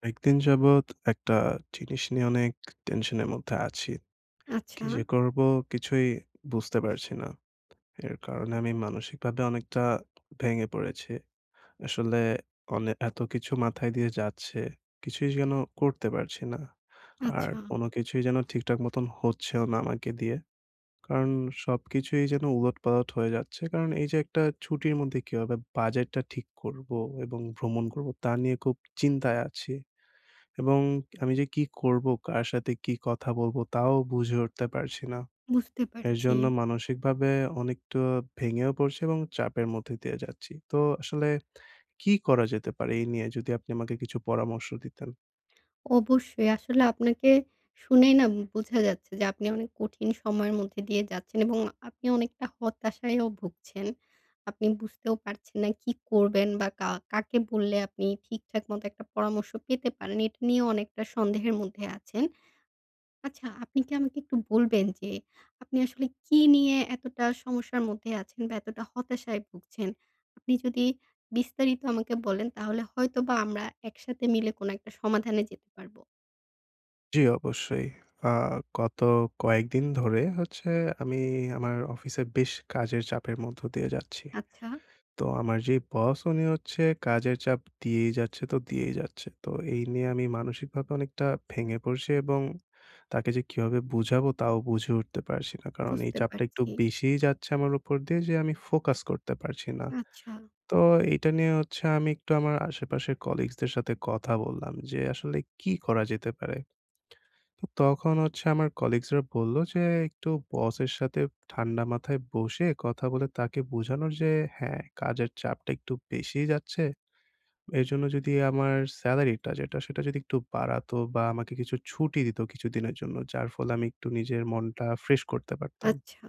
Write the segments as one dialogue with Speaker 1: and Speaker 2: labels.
Speaker 1: কয়েকদিন যাবৎ একটা জিনিস নিয়ে অনেক টেনশনের মধ্যে আছি। কি
Speaker 2: আচ্ছা,
Speaker 1: যে করব কিছুই বুঝতে পারছি না। এর কারণে আমি মানসিকভাবে অনেকটা ভেঙে পড়েছি। আসলে এত কিছু মাথায় দিয়ে যাচ্ছে, কিছুই যেন করতে পারছি না। আর
Speaker 2: আচ্ছা
Speaker 1: কোনো কিছুই যেন ঠিকঠাক মতন হচ্ছেও না আমাকে দিয়ে। কারণ সবকিছুই যেন উলটপালট হয়ে যাচ্ছে। কারণ এই যে একটা ছুটির মধ্যে কিভাবে বাজেটটা ঠিক করব এবং ভ্রমণ করব তা নিয়ে খুব চিন্তায় আছি। এবং আমি যে কি করব? কার সাথে কি কথা বলব? তাও বুঝে উঠতে পারছি না।
Speaker 2: বুঝতে
Speaker 1: এর
Speaker 2: পারছি।
Speaker 1: জন্য মানসিকভাবে অনেকটা ভেঙেও পড়ছি এবং চাপের মধ্যে দিয়ে যাচ্ছি। তো আসলে কি করা যেতে পারে এই নিয়ে যদি আপনি আমাকে কিছু পরামর্শ দিতেন?
Speaker 2: অবশ্যই আসলে আপনাকে শুনেই না বোঝা যাচ্ছে যে আপনি অনেক কঠিন সময়ের মধ্যে দিয়ে যাচ্ছেন এবং আপনি অনেকটা হতাশায়ও ভুগছেন। আপনি বুঝতেও পারছেন না কি করবেন বা কাকে বললে আপনি ঠিকঠাক মতো একটা পরামর্শ পেতে পারেন। এটা নিয়ে অনেকটা সন্দেহের মধ্যে আছেন। আচ্ছা, আপনি কি আমাকে একটু বলবেন যে আপনি আসলে কি নিয়ে এতটা সমস্যার মধ্যে আছেন বা এতটা হতাশায় ভুগছেন? আপনি যদি বিস্তারিত আমাকে বলেন, তাহলে হয়তোবা আমরা একসাথে মিলে কোনো একটা সমাধানে যেতে পারব।
Speaker 1: জি, অবশ্যই। আ গত কয়েকদিন ধরে হচ্ছে আমি আমার অফিসে বেশ কাজের চাপের মধ্য দিয়ে যাচ্ছি।
Speaker 2: আচ্ছা,
Speaker 1: তো আমার যে বস, উনি হচ্ছে কাজের চাপ দিয়েই যাচ্ছে তো দিয়েই যাচ্ছে। তো এই নিয়ে আমি মানসিকভাবে অনেকটা ভেঙে পড়ছি এবং তাকে যে কিভাবে বুঝাবো তাও বুঝে উঠতে পারছি না। কারণ এই
Speaker 2: বুঝতে
Speaker 1: চাপটা একটু
Speaker 2: পারছি।
Speaker 1: বেশিই যাচ্ছে আমার উপর দিয়ে, যে আমি ফোকাস করতে পারছি না।
Speaker 2: আচ্ছা,
Speaker 1: তো এইটা নিয়ে হচ্ছে আমি একটু আমার আশেপাশের কলিগস দের সাথে কথা বললাম যে আসলে কি করা যেতে পারে? তো তখন হচ্ছে আমার কলিগস রা বলল যে একটু বসের সাথে ঠান্ডা মাথায় বসে কথা বলে তাকে বোঝানোর, যে হ্যাঁ, কাজের চাপটা একটু বেশিই যাচ্ছে। এজন্য যদি আমার সেলারিটা, যেটা সেটা যদি একটু বাড়াতো, বা আমাকে কিছু ছুটি দিত কিছুদিনের জন্য, যার ফলে আমি একটু নিজের মনটা ফ্রেশ করতে পারতাম।
Speaker 2: আচ্ছা,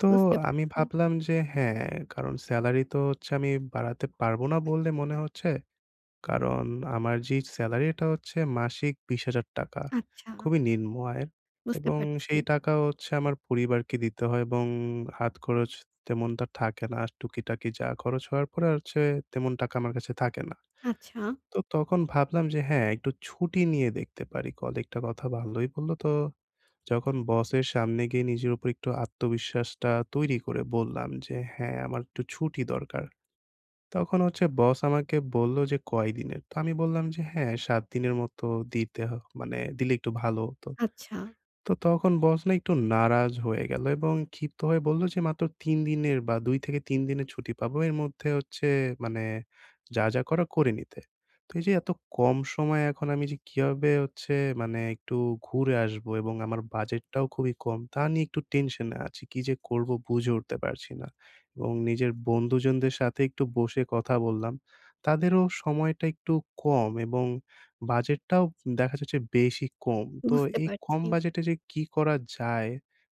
Speaker 1: তো
Speaker 2: বুঝতে
Speaker 1: আমি
Speaker 2: পারছি।
Speaker 1: ভাবলাম যে হ্যাঁ, কারণ সেলারি তো হচ্ছে আমি বাড়াতে পারব না বললে মনে হচ্ছে। কারণ আমার যে সেলারি, এটা হচ্ছে মাসিক ৳২০,০০০,
Speaker 2: আচ্ছা,
Speaker 1: খুবই নিম্ন আয়ের।
Speaker 2: বুঝতে
Speaker 1: এবং
Speaker 2: পারছি।
Speaker 1: সেই টাকা হচ্ছে আমার পরিবারকে দিতে হয় এবং হাত খরচ তেমনটা থাকে না। টুকিটাকি যা খরচ হওয়ার পরে হচ্ছে তেমন টাকা আমার কাছে থাকে না।
Speaker 2: আচ্ছা,
Speaker 1: তো তখন ভাবলাম যে হ্যাঁ, একটু ছুটি নিয়ে দেখতে পারি। কলিগটা কথা ভালোই বলল। তো যখন বসের সামনে গিয়ে নিজের উপর একটু আত্মবিশ্বাসটা তৈরি করে বললাম যে, "হ্যাঁ, আমার একটু ছুটি দরকার।" তখন হচ্ছে বস আমাকে বলল যে, "কয়দিনের?" তো আমি বললাম যে, "হ্যাঁ, ৭ দিনের মতো দিতে হ মানে দিলে একটু ভালো হত।"
Speaker 2: আচ্ছা,
Speaker 1: তো তখন বস না একটু নারাজ হয়ে গেল এবং ক্ষিপ্ত হয়ে বলল যে মাত্র ৩ দিনের বা ২ থেকে ৩ দিনের ছুটি পাবো। এর মধ্যে হচ্ছে মানে যা, যা করার করে নিতে। তো এই যে এত কম সময়ে এখন আমি যে কিভাবে হচ্ছে মানে একটু ঘুরে আসবো, এবং আমার বাজেটটাও খুবই কম, তা নিয়ে একটু টেনশনে আছি। কি যে করব বুঝে উঠতে পারছি না। এবং নিজের বন্ধুজনদের সাথে একটু বসে কথা বললাম। তাদেরও সময়টা একটু কম এবং বাজেটটাও দেখা যাচ্ছে বেশি কম। তো
Speaker 2: বুঝতে
Speaker 1: এই
Speaker 2: পারছি।
Speaker 1: কম বাজেটে যে কি করা যায়,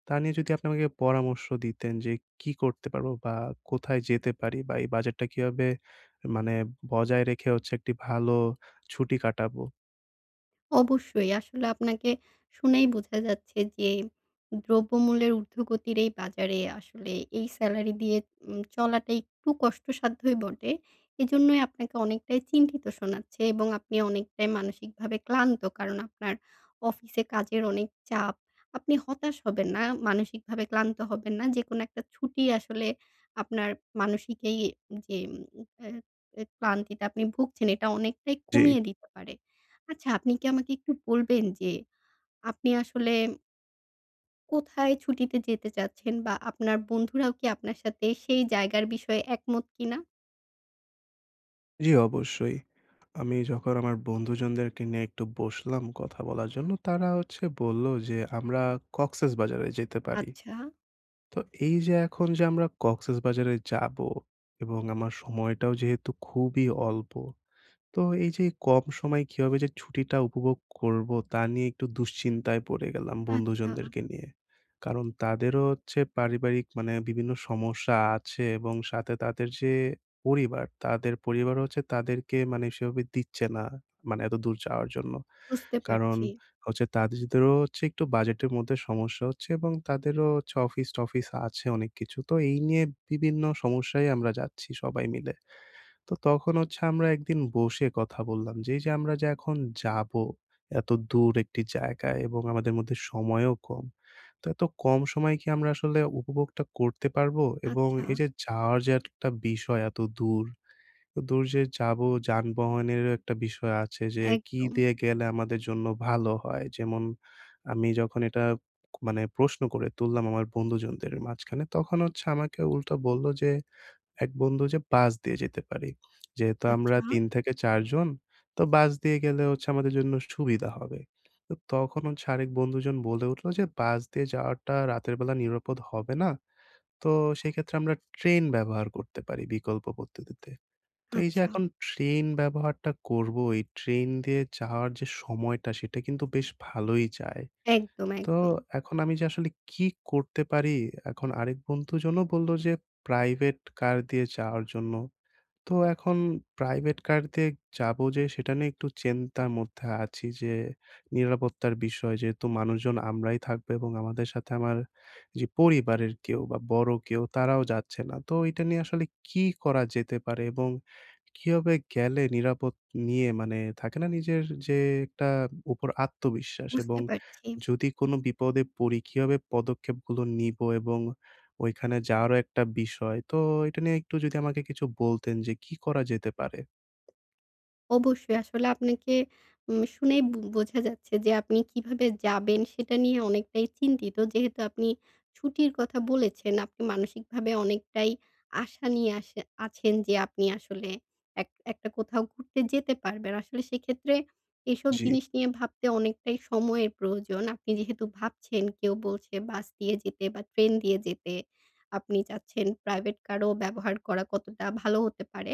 Speaker 1: তা নিয়ে যদি আপনি আমাকে পরামর্শ দিতেন, যে কি করতে পারবো বা কোথায় যেতে পারি, বা এই বাজেটটা কিভাবে মানে বজায় রেখে হচ্ছে একটি ভালো ছুটি কাটাবো?
Speaker 2: অবশ্যই। আসলে আপনাকে শুনেই বোঝা যাচ্ছে যে দ্রব্যমূল্যের ঊর্ধ্বগতির এই বাজারে আসলে এই সেলারি দিয়ে চলাটা একটু কষ্টসাধ্যই বটে। এজন্যই আপনাকে অনেকটাই চিন্তিত শোনাচ্ছে এবং আপনি অনেকটাই মানসিকভাবে ক্লান্ত। কারণ আপনার অফিসে কাজের অনেক চাপ। আপনি হতাশ হবেন না, মানসিকভাবে ক্লান্ত হবেন না। যেকোনো একটা ছুটি আসলে আপনার মানসিক এই যে, এ এ ক্লান্তিতে আপনি ভুগছেন এটা অনেকটাই
Speaker 1: জি,
Speaker 2: কমিয়ে দিতে পারে। আচ্ছা, আপনি কি আমাকে একটু বলবেন যে আপনি আসলে কোথায় ছুটিতে যেতে চাচ্ছেন? বা আপনার বন্ধুরাও কি আপনার সাথে সেই জায়গার বিষয়ে একমত কিনা?
Speaker 1: জি অবশ্যই। আমি যখন আমার বন্ধুজনদেরকে নিয়ে একটু বসলাম কথা বলার জন্য, তারা হচ্ছে বলল যে আমরা কক্সেস বাজারে যেতে পারি।
Speaker 2: আচ্ছা,
Speaker 1: তো এই যে এখন যে আমরা কক্সেসবাজারে যাবো এবং আমার সময়টাও যেহেতু খুবই অল্প। তো এই যে কম সময়ে কিভাবে যে ছুটিটা উপভোগ করব তা নিয়ে একটু দুশ্চিন্তায় পড়ে গেলাম
Speaker 2: আচ্ছা,
Speaker 1: বন্ধুজনদেরকে নিয়ে। কারণ তাদেরও হচ্ছে পারিবারিক মানে বিভিন্ন সমস্যা আছে, এবং সাথে তাদের যে পরিবার, তাদের পরিবারও হচ্ছে তাদেরকে মানে সেভাবে দিচ্ছে না মানে এতদূর যাওয়ার জন্য।
Speaker 2: বুঝতে
Speaker 1: কারণ
Speaker 2: পারছি।
Speaker 1: হচ্ছে তাদেরও হচ্ছে একটু বাজেটের মধ্যে সমস্যা হচ্ছে, এবং তাদেরও হচ্ছে অফিস-টফিস আছে অনেক কিছু। তো এই নিয়ে বিভিন্ন সমস্যায় আমরা যাচ্ছি সবাই মিলে। তো তখন হচ্ছে আমরা একদিন বসে কথা বললাম যে, এই যে আমরা যে এখন যাবো এত দূর একটি জায়গায়, এবং আমাদের মধ্যে সময়ও কম। তো এত কম সময়ে কি আমরা আসলে উপভোগটা করতে পারবো? এবং
Speaker 2: আচ্ছা,
Speaker 1: এই যে যাওয়ার যে একটা বিষয় এত দূর, তো দূর যে যাবো, যানবাহনেরও একটা বিষয় আছে যে কি
Speaker 2: একদম।
Speaker 1: দিয়ে গেলে আমাদের জন্য ভালো হয়? যেমন আমি যখন এটা মানে প্রশ্ন করে তুললাম আমার বন্ধুজনদের মাঝখানে, তখন হচ্ছে আমাকে উল্টা বলল যে এক বন্ধু যে বাস দিয়ে যেতে পারি। যেহেতু আমরা
Speaker 2: আচ্ছা,
Speaker 1: ৩ থেকে ৪ জন, তো বাস দিয়ে গেলে হচ্ছে আমাদের জন্য সুবিধা হবে। তো তখন হচ্ছে আরেক বন্ধুজন বলে উঠলো যে, "বাস দিয়ে যাওয়াটা রাতের বেলা নিরাপদ হবে না। তো সেক্ষেত্রে আমরা ট্রেন ব্যবহার করতে পারি বিকল্প পদ্ধতিতে।" তো এই যে
Speaker 2: আচ্ছা,
Speaker 1: এখন ট্রেন ব্যবহারটা করবো, এই ট্রেন দিয়ে যাওয়ার যে সময়টা সেটা কিন্তু বেশ ভালোই যায়।
Speaker 2: একদম,
Speaker 1: তো
Speaker 2: একদম।
Speaker 1: এখন আমি যে আসলে কি করতে পারি? এখন আরেক বন্ধুজনও বলল যে, "প্রাইভেট কার দিয়ে যাওয়ার জন্য।" তো এখন প্রাইভেট কার দিয়ে যাবো, যে সেটা নিয়ে একটু চিন্তার মধ্যে আছি, যে নিরাপত্তার বিষয়, যেহেতু মানুষজন আমরাই থাকবো এবং আমাদের সাথে আমার যে পরিবারের কেউ বা বড় কেউ তারাও যাচ্ছে না। তো এটা নিয়ে আসলে কি করা যেতে পারে, এবং কিভাবে গেলে নিরাপদ নিয়ে মানে থাকে না নিজের যে একটা উপর আত্মবিশ্বাস,
Speaker 2: বুঝতে
Speaker 1: এবং
Speaker 2: পারছি।
Speaker 1: যদি কোনো বিপদে পড়ি কিভাবে পদক্ষেপগুলো নিবো, এবং ওইখানে যাওয়ারও একটা বিষয়। তো এটা নিয়ে একটু যদি আমাকে কিছু বলতেন যে কি করা যেতে পারে?
Speaker 2: অবশ্যই। আসলে আপনাকে শুনেই বোঝা যাচ্ছে যে আপনি কিভাবে যাবেন সেটা নিয়ে অনেকটাই চিন্তিত। যেহেতু আপনি ছুটির কথা বলেছেন, আপনি মানসিকভাবে অনেকটাই আশা নিয়ে আছেন যে আপনি আসলে একটা কোথাও ঘুরতে যেতে পারবেন। আসলে সেক্ষেত্রে এসব
Speaker 1: জি,
Speaker 2: জিনিস নিয়ে ভাবতে অনেকটাই সময়ের প্রয়োজন। আপনি যেহেতু ভাবছেন কেউ বলছে বাস দিয়ে যেতে বা ট্রেন দিয়ে যেতে, আপনি চাচ্ছেন প্রাইভেট কারও ব্যবহার করা কতটা ভালো হতে পারে।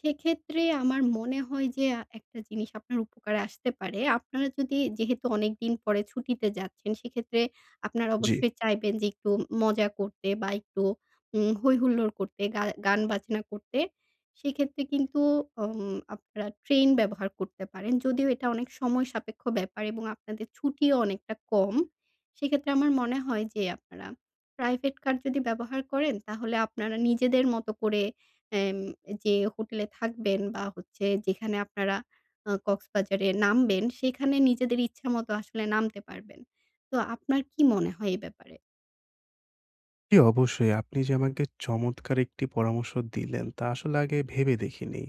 Speaker 2: সেক্ষেত্রে আমার মনে হয় যে একটা জিনিস আপনার উপকারে আসতে পারে। আপনারা যদি যেহেতু অনেকদিন পরে ছুটিতে যাচ্ছেন, সেক্ষেত্রে আপনারা
Speaker 1: জি।
Speaker 2: অবশ্যই চাইবেন যে একটু মজা করতে বা একটু হৈ-হুল্লোড় করতে, গান-বাজনা করতে। সেক্ষেত্রে কিন্তু আপনারা ট্রেন ব্যবহার করতে পারেন। যদিও এটা অনেক সময় সাপেক্ষ ব্যাপার এবং আপনাদের ছুটিও অনেকটা কম। সেক্ষেত্রে আমার মনে হয় যে আপনারা প্রাইভেট কার যদি ব্যবহার করেন, তাহলে আপনারা নিজেদের মতো করে এম যে হোটেলে থাকবেন বা হচ্ছে যেখানে আপনারা কক্সবাজারে নামবেন, সেখানে নিজেদের ইচ্ছামতো আসলে নামতে পারবেন। তো আপনার কি মনে হয় এই ব্যাপারে?
Speaker 1: জি, অবশ্যই। আপনি যে আমাকে চমৎকার একটি পরামর্শ দিলেন তা আসলে আগে ভেবে দেখিনি।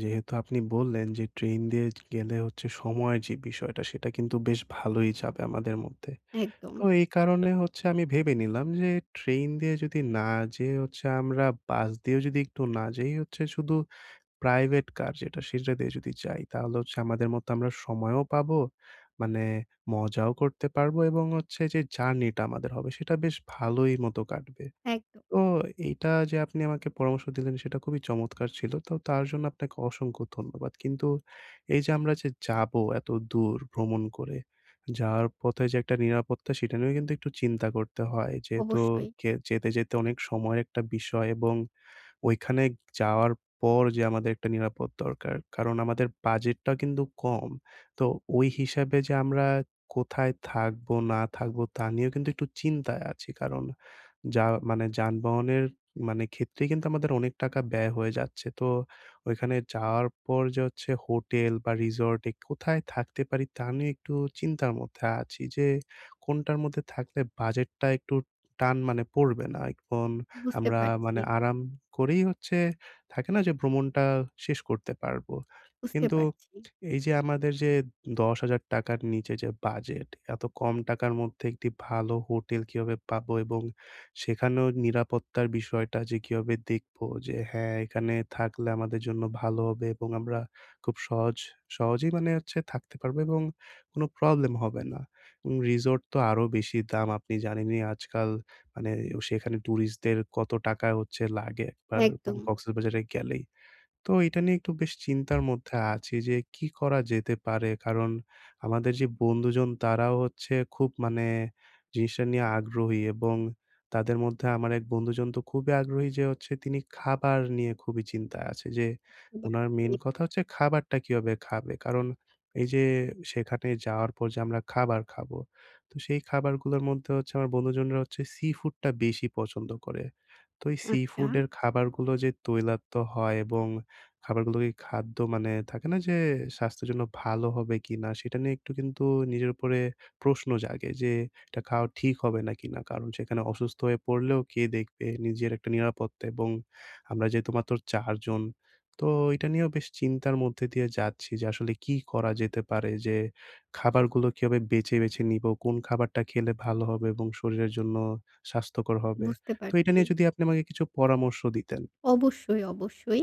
Speaker 1: যেহেতু আপনি বললেন যে ট্রেন দিয়ে গেলে হচ্ছে সময়ের যে বিষয়টা সেটা কিন্তু বেশ ভালোই যাবে আমাদের মধ্যে।
Speaker 2: একদম,
Speaker 1: তো এই কারণে হচ্ছে আমি ভেবে নিলাম যে ট্রেন দিয়ে যদি না যেয়ে হচ্ছে আমরা বাস দিয়েও যদি একটু না যেয়েই হচ্ছে, শুধু প্রাইভেট কার যেটা সেটা দিয়ে যদি যাই, তাহলে হচ্ছে আমাদের মতো আমরা সময়ও পাবো, মানে মজাও করতে পারবো, এবং হচ্ছে যে জার্নিটা আমাদের হবে সেটা বেশ ভালোই মতো কাটবে।
Speaker 2: একদম।
Speaker 1: তো এইটা যে আপনি আমাকে পরামর্শ দিলেন সেটা খুবই চমৎকার ছিল। তো তার জন্য আপনাকে অসংখ্য ধন্যবাদ। কিন্তু এই যে আমরা যে যাবো এত দূর ভ্রমণ করে, যাওয়ার পথে যে একটা নিরাপত্তা, সেটা নিয়েও কিন্তু একটু চিন্তা করতে হয়। যেহেতু
Speaker 2: অবশ্যই।
Speaker 1: যেতে, যেতে অনেক সময়ের একটা বিষয়, এবং ওইখানে যাওয়ার পর যে আমাদের একটা নিরাপদ দরকার। কারণ আমাদের বাজেটটা কিন্তু কম। তো ওই হিসাবে যে আমরা কোথায় থাকবো, না থাকবো, তা নিয়েও কিন্তু একটু চিন্তায় আছি। কারণ যা মানে যানবাহনের মানে ক্ষেত্রেই কিন্তু আমাদের অনেক টাকা ব্যয় হয়ে যাচ্ছে। তো ওইখানে যাওয়ার পর যে হচ্ছে হোটেল বা রিসর্টে কোথায় থাকতে পারি তা নিয়ে একটু চিন্তার মধ্যে আছি, যে কোনটার মধ্যে থাকলে বাজেটটা একটু টান মানে পড়বে না। এখন
Speaker 2: বুঝতে
Speaker 1: আমরা
Speaker 2: পারছি,
Speaker 1: মানে আরাম করেই হচ্ছে থাকে না যে ভ্রমণটা শেষ করতে পারবো।
Speaker 2: বুঝতে
Speaker 1: কিন্তু
Speaker 2: পারছি।
Speaker 1: এই যে আমাদের যে ৳১০,০০০ র নিচে যে বাজেট, এত কম টাকার মধ্যে একটি ভালো হোটেল কিভাবে পাবো, এবং সেখানেও নিরাপত্তার বিষয়টা যে কিভাবে দেখবো যে হ্যাঁ, এখানে থাকলে আমাদের জন্য ভালো হবে এবং আমরা খুব সহজেই মানে হচ্ছে থাকতে পারবো এবং কোনো প্রবলেম হবে না। রিসোর্ট তো আরো বেশি দাম, আপনি জানেনই আজকাল, মানে সেখানে টুরিস্টদের কত টাকা হচ্ছে লাগে একবার
Speaker 2: একদম।
Speaker 1: মানে কক্সবাজারে গেলেই। তো এটা নিয়ে একটু বেশ চিন্তার মধ্যে আছি যে কি করা যেতে পারে? কারণ আমাদের যে বন্ধুজন, তারাও হচ্ছে খুব মানে জিনিসটা নিয়ে আগ্রহী, এবং তাদের মধ্যে আমার এক বন্ধুজন তো খুবই আগ্রহী, যে হচ্ছে তিনি খাবার নিয়ে খুবই চিন্তায় আছে, যে
Speaker 2: বুঝতে
Speaker 1: উনার মেইন
Speaker 2: পারছি।
Speaker 1: কথা হচ্ছে খাবারটা কিভাবে খাবে? কারণ এই যে সেখানে যাওয়ার পর যে আমরা খাবার খাবো, তো সেই খাবারগুলোর মধ্যে হচ্ছে আমার বন্ধুজনরা হচ্ছে সি-ফুডটা বেশি পছন্দ করে। তো এই
Speaker 2: আচ্ছা,
Speaker 1: সি-ফুডের খাবারগুলো যে তৈলাক্ত হয়, এবং খাবারগুলো কি খাদ্য মানে থাকে না যে স্বাস্থ্যের জন্য ভালো হবে কিনা? সেটা নিয়ে একটু কিন্তু নিজের উপরে প্রশ্ন জাগে যে এটা খাওয়া ঠিক হবে না কিনা? কারণ সেখানে অসুস্থ হয়ে পড়লেও কে দেখবে? নিজের একটা নিরাপত্তা, এবং আমরা যেহেতু মাত্র ৪ জন। তো এটা নিয়েও বেশ চিন্তার মধ্যে দিয়ে যাচ্ছি যে আসলে কি করা যেতে পারে? যে খাবারগুলো কিভাবে বেছে, বেছে নিবো? কোন খাবারটা খেলে ভালো হবে এবং শরীরের জন্য স্বাস্থ্যকর হবে?
Speaker 2: বুঝতে
Speaker 1: তো এটা
Speaker 2: পারছি।
Speaker 1: নিয়ে যদি আপনি আমাকে কিছু পরামর্শ দিতেন।
Speaker 2: অবশ্যই, অবশ্যই।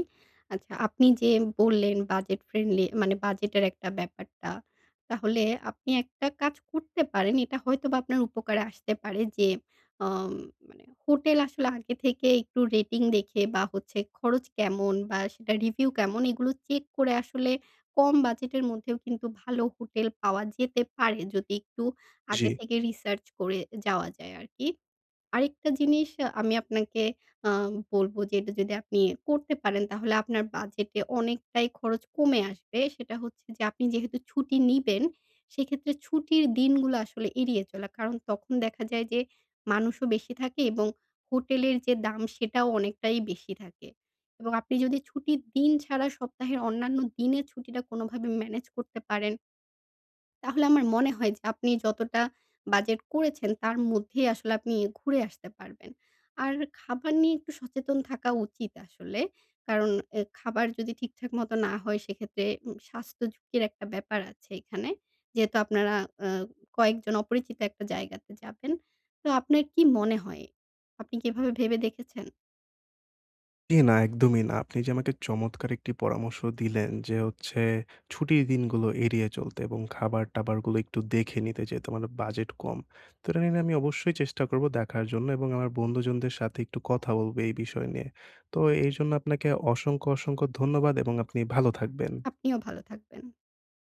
Speaker 2: আচ্ছা, আপনি যে বললেন বাজেট ফ্রেন্ডলি মানে বাজেটের একটা ব্যাপারটা। তাহলে আপনি একটা কাজ করতে পারেন। এটা হয়তোবা আপনার উপকারে আসতে পারে যে আম মানে হোটেল আসলে আগে থেকে একটু রেটিং দেখে বা হচ্ছে খরচ কেমন বা সেটা রিভিউ কেমন এগুলো চেক করে আসলে কম বাজেটের মধ্যেও কিন্তু ভালো হোটেল পাওয়া যেতে পারে যদি একটু
Speaker 1: জি।
Speaker 2: আগে থেকে রিসার্চ করে যাওয়া যায় আরকি। আরেকটা জিনিস আমি আপনাকে আ বলব যে এটা যদি আপনি করতে পারেন তাহলে আপনার বাজেটে অনেকটাই খরচ কমে আসবে। সেটা হচ্ছে যে আপনি যেহেতু ছুটি নিবেন, সেক্ষেত্রে ছুটির দিনগুলো আসলে এড়িয়ে চলা। কারণ তখন দেখা যায় যে মানুষও বেশি থাকে এবং হোটেলের যে দাম সেটাও অনেকটাই বেশি থাকে। এবং আপনি যদি ছুটির দিন ছাড়া সপ্তাহের অন্যান্য দিনে ছুটিটা কোনোভাবে ম্যানেজ করতে পারেন তাহলে আমার মনে হয় যে আপনি যতটা বাজেট করেছেন তার মধ্যেই আসলে আপনি ঘুরে আসতে পারবেন। আর খাবার নিয়ে একটু সচেতন থাকা উচিত আসলে। কারণ খাবার যদি ঠিকঠাক মতো না হয় সেক্ষেত্রে স্বাস্থ্য ঝুঁকির একটা ব্যাপার আছে এখানে। যেহেতু আপনারা আ কয়েকজন অপরিচিত একটা জায়গাতে যাবেন। তো আপনার কি মনে হয়? আপনি কি এভাবে ভেবে দেখেছেন?
Speaker 1: জি, না, একদমই না। আপনি যে আমাকে চমৎকার একটি পরামর্শ দিলেন যে হচ্ছে ছুটির দিনগুলো এড়িয়ে চলতে এবং খাবার-টাবারগুলো একটু দেখে নিতে, যেহেতু আমার বাজেট কম। তো এটা নিয়ে আমি অবশ্যই চেষ্টা করব দেখার জন্য, এবং আমার বন্ধুজনদের সাথে একটু কথা বলব এই বিষয় নিয়ে। তো এইজন্য আপনাকে অসংখ্য, অসংখ্য ধন্যবাদ এবং আপনি ভালো থাকবেন।
Speaker 2: আপনিও ভালো থাকবেন।